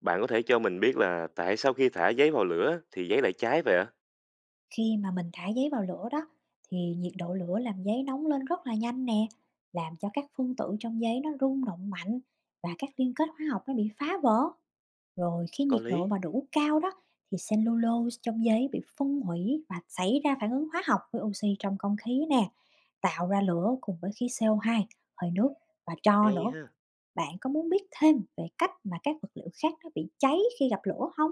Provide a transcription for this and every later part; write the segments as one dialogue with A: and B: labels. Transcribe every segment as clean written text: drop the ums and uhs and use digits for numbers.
A: Bạn có thể cho mình biết là tại sao khi thả giấy vào lửa thì giấy lại cháy vậy ạ?
B: Khi mà mình thả giấy vào lửa đó thì nhiệt độ lửa làm giấy nóng lên rất là nhanh nè, làm cho các phân tử trong giấy nó rung động mạnh và các liên kết hóa học nó bị phá vỡ. Rồi khi
A: Có
B: nhiệt độ
A: lý.
B: mà đủ cao đó thì cellulose trong giấy bị phân hủy và xảy ra phản ứng hóa học với oxy trong không khí nè, tạo ra lửa cùng với khí CO2, hơi nước và tro
A: Hay
B: nữa.
A: ha.
B: Bạn có muốn biết thêm về cách mà các vật liệu khác nó bị cháy khi gặp lửa không?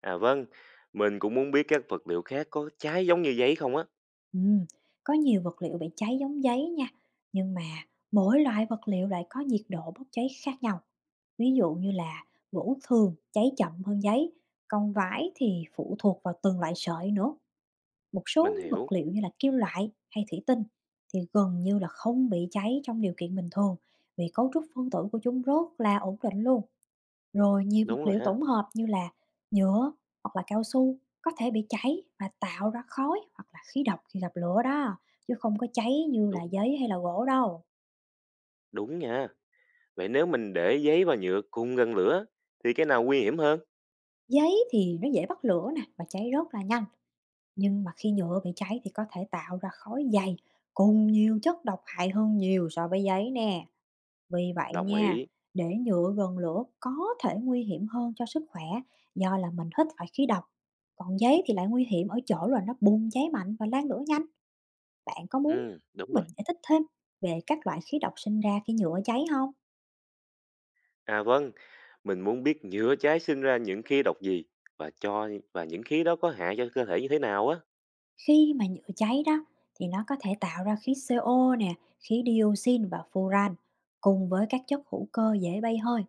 A: À vâng, mình cũng muốn biết các vật liệu khác có cháy giống như giấy không á.
B: Ừm, có nhiều vật liệu bị cháy giống giấy nha, nhưng mà mỗi loại vật liệu lại có nhiệt độ bốc cháy khác nhau. Ví dụ như là gỗ thường cháy chậm hơn giấy, còn vải thì phụ thuộc vào từng loại sợi nữa. Một số
A: Mình
B: những vật
A: hiểu.
B: liệu như là kim loại hay thủy tinh thì gần như là không bị cháy trong điều kiện bình thường, vì cấu trúc phân tử của chúng rất là ổn định luôn. Rồi nhiều
A: Đúng
B: vật
A: rồi
B: liệu
A: ha.
B: tổng hợp như là nhựa hoặc là cao su có thể bị cháy và tạo ra khói hoặc là khí độc khi gặp lửa đó, chứ không có cháy như là
A: Đúng,
B: giấy hay là gỗ đâu.
A: đúng nha. Vậy nếu mình để giấy và nhựa cùng gần lửa thì cái nào nguy hiểm hơn?
B: Giấy thì nó dễ bắt lửa nè và cháy rất là nhanh, nhưng mà khi nhựa bị cháy thì có thể tạo ra khói dày cùng nhiều chất độc hại hơn nhiều so với giấy nè. Vì vậy
A: Đồng
B: nha,
A: ý.
B: để nhựa gần lửa có thể nguy hiểm hơn cho sức khỏe, do là mình hít phải khí độc. Còn giấy thì lại nguy hiểm ở chỗ là nó bùng cháy mạnh và lan lửa nhanh. Bạn có muốn
A: Ừ, đúng
B: mình
A: rồi.
B: giải thích thêm về các loại khí độc sinh ra khi nhựa cháy không?
A: À vâng, mình muốn biết nhựa cháy sinh ra những khí độc gì và cho và những khí đó có hại cho cơ thể như thế nào á.
B: Khi mà nhựa cháy đó thì nó có thể tạo ra khí CO nè, khí dioxin và furan cùng với các chất hữu cơ dễ bay hơi.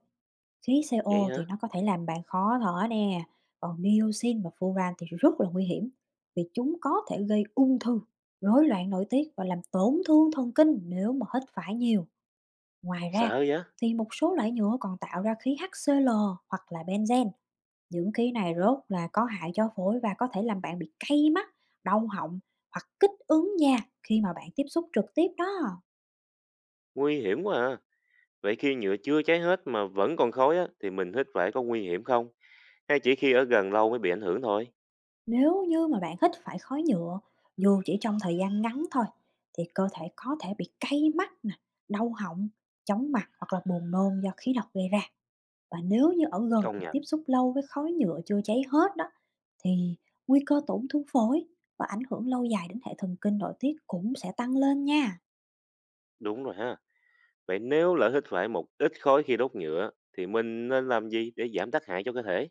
B: Khí
A: Vậy
B: CO thì
A: hả?
B: nó có thể làm bạn khó thở nè, còn dioxin và furan thì rất là nguy hiểm vì chúng có thể gây ung thư, rối loạn nội tiết và làm tổn thương thần kinh nếu mà hít phải nhiều. Ngoài ra
A: Sợ vậy?
B: thì một số loại nhựa còn tạo ra khí HCl hoặc là benzen. Những khí này rốt là có hại cho phổi và có thể làm bạn bị cay mắt, đau họng hoặc kích ứng da khi mà bạn tiếp xúc trực tiếp đó.
A: Nguy hiểm quá à. Vậy khi nhựa chưa cháy hết mà vẫn còn khói á, thì mình hít phải có nguy hiểm không? Hay chỉ khi ở gần lâu mới bị ảnh hưởng thôi?
B: Nếu như mà bạn hít phải khói nhựa dù chỉ trong thời gian ngắn thôi, thì cơ thể có thể bị cay mắt nè, đau họng, chóng mặt hoặc là buồn nôn do khí độc gây ra. Và nếu như ở gần
A: Công
B: hoặc
A: nhận,
B: tiếp xúc lâu với khói nhựa chưa cháy hết đó, thì nguy cơ tổn thương phổi và ảnh hưởng lâu dài đến hệ thần kinh nội tiết cũng sẽ tăng lên nha.
A: đúng rồi ha. Vậy nếu lỡ hít phải một ít khói khi đốt nhựa, thì mình nên làm gì để giảm tác hại cho cơ thể?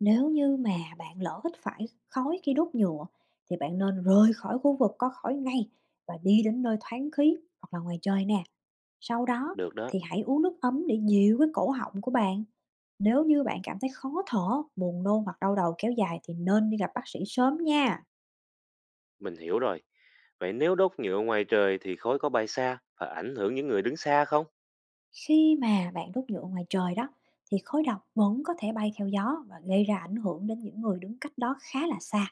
B: Nếu như mà bạn lỡ hít phải khói khi đốt nhựa thì bạn nên rời khỏi khu vực có khói ngay và đi đến nơi thoáng khí hoặc là ngoài trời nè. Sau đó
A: Được đó,
B: thì hãy uống nước ấm để dịu cái cổ họng của bạn. Nếu như bạn cảm thấy khó thở, buồn nôn hoặc đau đầu kéo dài thì nên đi gặp bác sĩ sớm nha.
A: mình hiểu rồi. Vậy nếu đốt nhựa ngoài trời thì khói có bay xa và ảnh hưởng những người đứng xa không?
B: Khi mà bạn đốt nhựa ngoài trời đó, thì khói độc vẫn có thể bay theo gió và gây ra ảnh hưởng đến những người đứng cách đó khá là xa.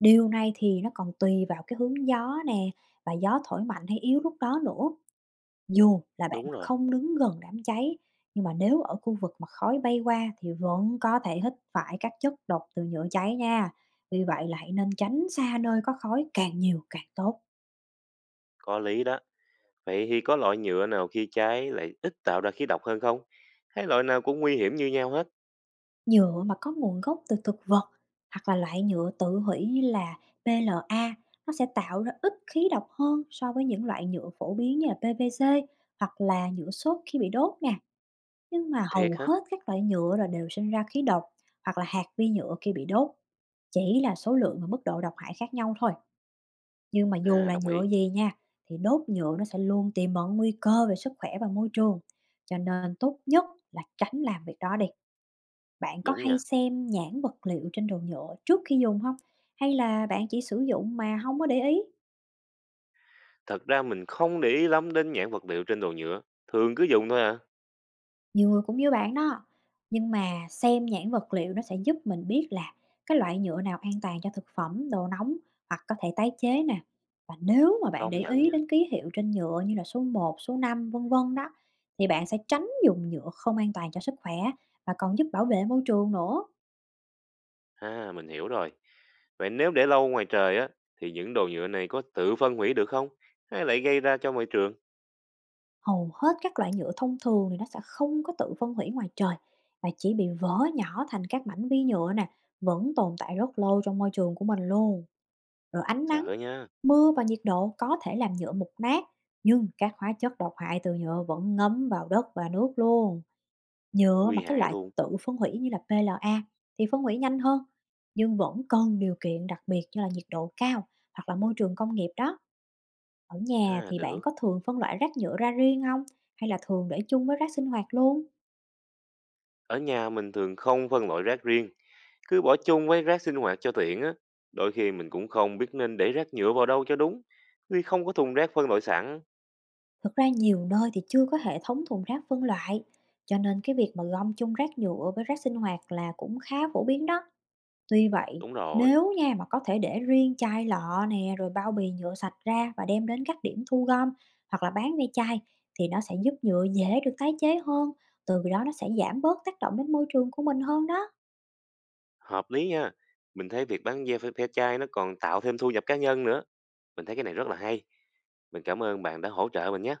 B: Điều này thì nó còn tùy vào cái hướng gió nè và gió thổi mạnh hay yếu lúc đó nữa. Dù là bạn
A: Đúng rồi,
B: không đứng gần đám cháy, nhưng mà nếu ở khu vực mà khói bay qua thì vẫn có thể hít phải các chất độc từ nhựa cháy nha. Vì vậy là hãy nên tránh xa nơi có khói càng nhiều càng tốt.
A: có lý đó. Vậy thì có loại nhựa nào khi cháy lại ít tạo ra khí độc hơn không? Hay loại nào cũng nguy hiểm như nhau hết?
B: Nhựa mà có nguồn gốc từ thực vật hoặc là loại nhựa tự hủy như là PLA, nó sẽ tạo ra ít khí độc hơn so với những loại nhựa phổ biến như là PVC hoặc là nhựa xốp khi bị đốt nè. Nhưng mà
A: Thiệt
B: hầu
A: hả?
B: hết các loại nhựa là đều sinh ra khí độc hoặc là hạt vi nhựa khi bị đốt. Chỉ là số lượng và mức độ độc hại khác nhau thôi. Nhưng mà dù
A: À,
B: là
A: đồng
B: nhựa
A: ý.
B: gì nha, thì đốt nhựa nó sẽ luôn tiềm ẩn nguy cơ về sức khỏe và môi trường. Cho nên tốt nhất là tránh làm việc đó đi. Bạn có
A: Đúng
B: hay
A: nha.
B: xem nhãn vật liệu trên đồ nhựa trước khi dùng không? Hay là bạn chỉ sử dụng mà không có để ý?
A: Thật ra mình không để ý lắm đến nhãn vật liệu trên đồ nhựa, thường cứ dùng thôi à.
B: Nhiều người cũng như bạn đó, nhưng mà xem nhãn vật liệu nó sẽ giúp mình biết là cái loại nhựa nào an toàn cho thực phẩm, đồ nóng hoặc có thể tái chế nè. Và nếu mà bạn
A: Công
B: để
A: nhận
B: ý
A: nha.
B: đến ký hiệu trên nhựa như là số 1, số 5 vân vân đó, thì bạn sẽ tránh dùng nhựa không an toàn cho sức khỏe và còn giúp bảo vệ môi trường nữa.
A: À, mình hiểu rồi. Vậy nếu để lâu ngoài trời á, thì những đồ nhựa này có tự phân hủy được không? Hay lại gây ra cho môi trường?
B: Hầu hết các loại nhựa thông thường thì nó sẽ không có tự phân hủy ngoài trời và chỉ bị vỡ nhỏ thành các mảnh vi nhựa nè, vẫn tồn tại rất lâu trong môi trường của mình luôn. Rồi ánh nắng,
A: Sợ nha,
B: mưa và nhiệt độ có thể làm nhựa mục nát, nhưng các hóa chất độc hại từ nhựa vẫn ngấm vào đất và nước luôn. Nhựa mà
A: nguy
B: cái
A: hại
B: loại
A: luôn.
B: tự phân hủy như là PLA thì phân hủy nhanh hơn, nhưng vẫn cần điều kiện đặc biệt như là nhiệt độ cao hoặc là môi trường công nghiệp đó. Ở nhà
A: À,
B: thì bạn
A: được.
B: có thường phân loại rác nhựa ra riêng không? Hay là thường để chung với rác sinh hoạt luôn?
A: Ở nhà mình thường không phân loại rác riêng, cứ bỏ chung với rác sinh hoạt cho tiện á. Đôi khi mình cũng không biết nên để rác nhựa vào đâu cho đúng, vì không có thùng rác phân loại sẵn.
B: Thực ra nhiều nơi thì chưa có hệ thống thùng rác phân loại, cho nên cái việc mà gom chung rác nhựa với rác sinh hoạt là cũng khá phổ biến đó. Tuy vậy,
A: Đúng rồi,
B: nếu nha mà có thể để riêng chai lọ nè, rồi bao bì nhựa sạch ra và đem đến các điểm thu gom hoặc là bán ve chai, thì nó sẽ giúp nhựa dễ được tái chế hơn, từ đó nó sẽ giảm bớt tác động đến môi trường của mình hơn đó.
A: hợp lý nha. Mình thấy việc bán ve ve chai nó còn tạo thêm thu nhập cá nhân nữa. Mình thấy cái này rất là hay. Mình cảm ơn bạn đã hỗ trợ mình nhé.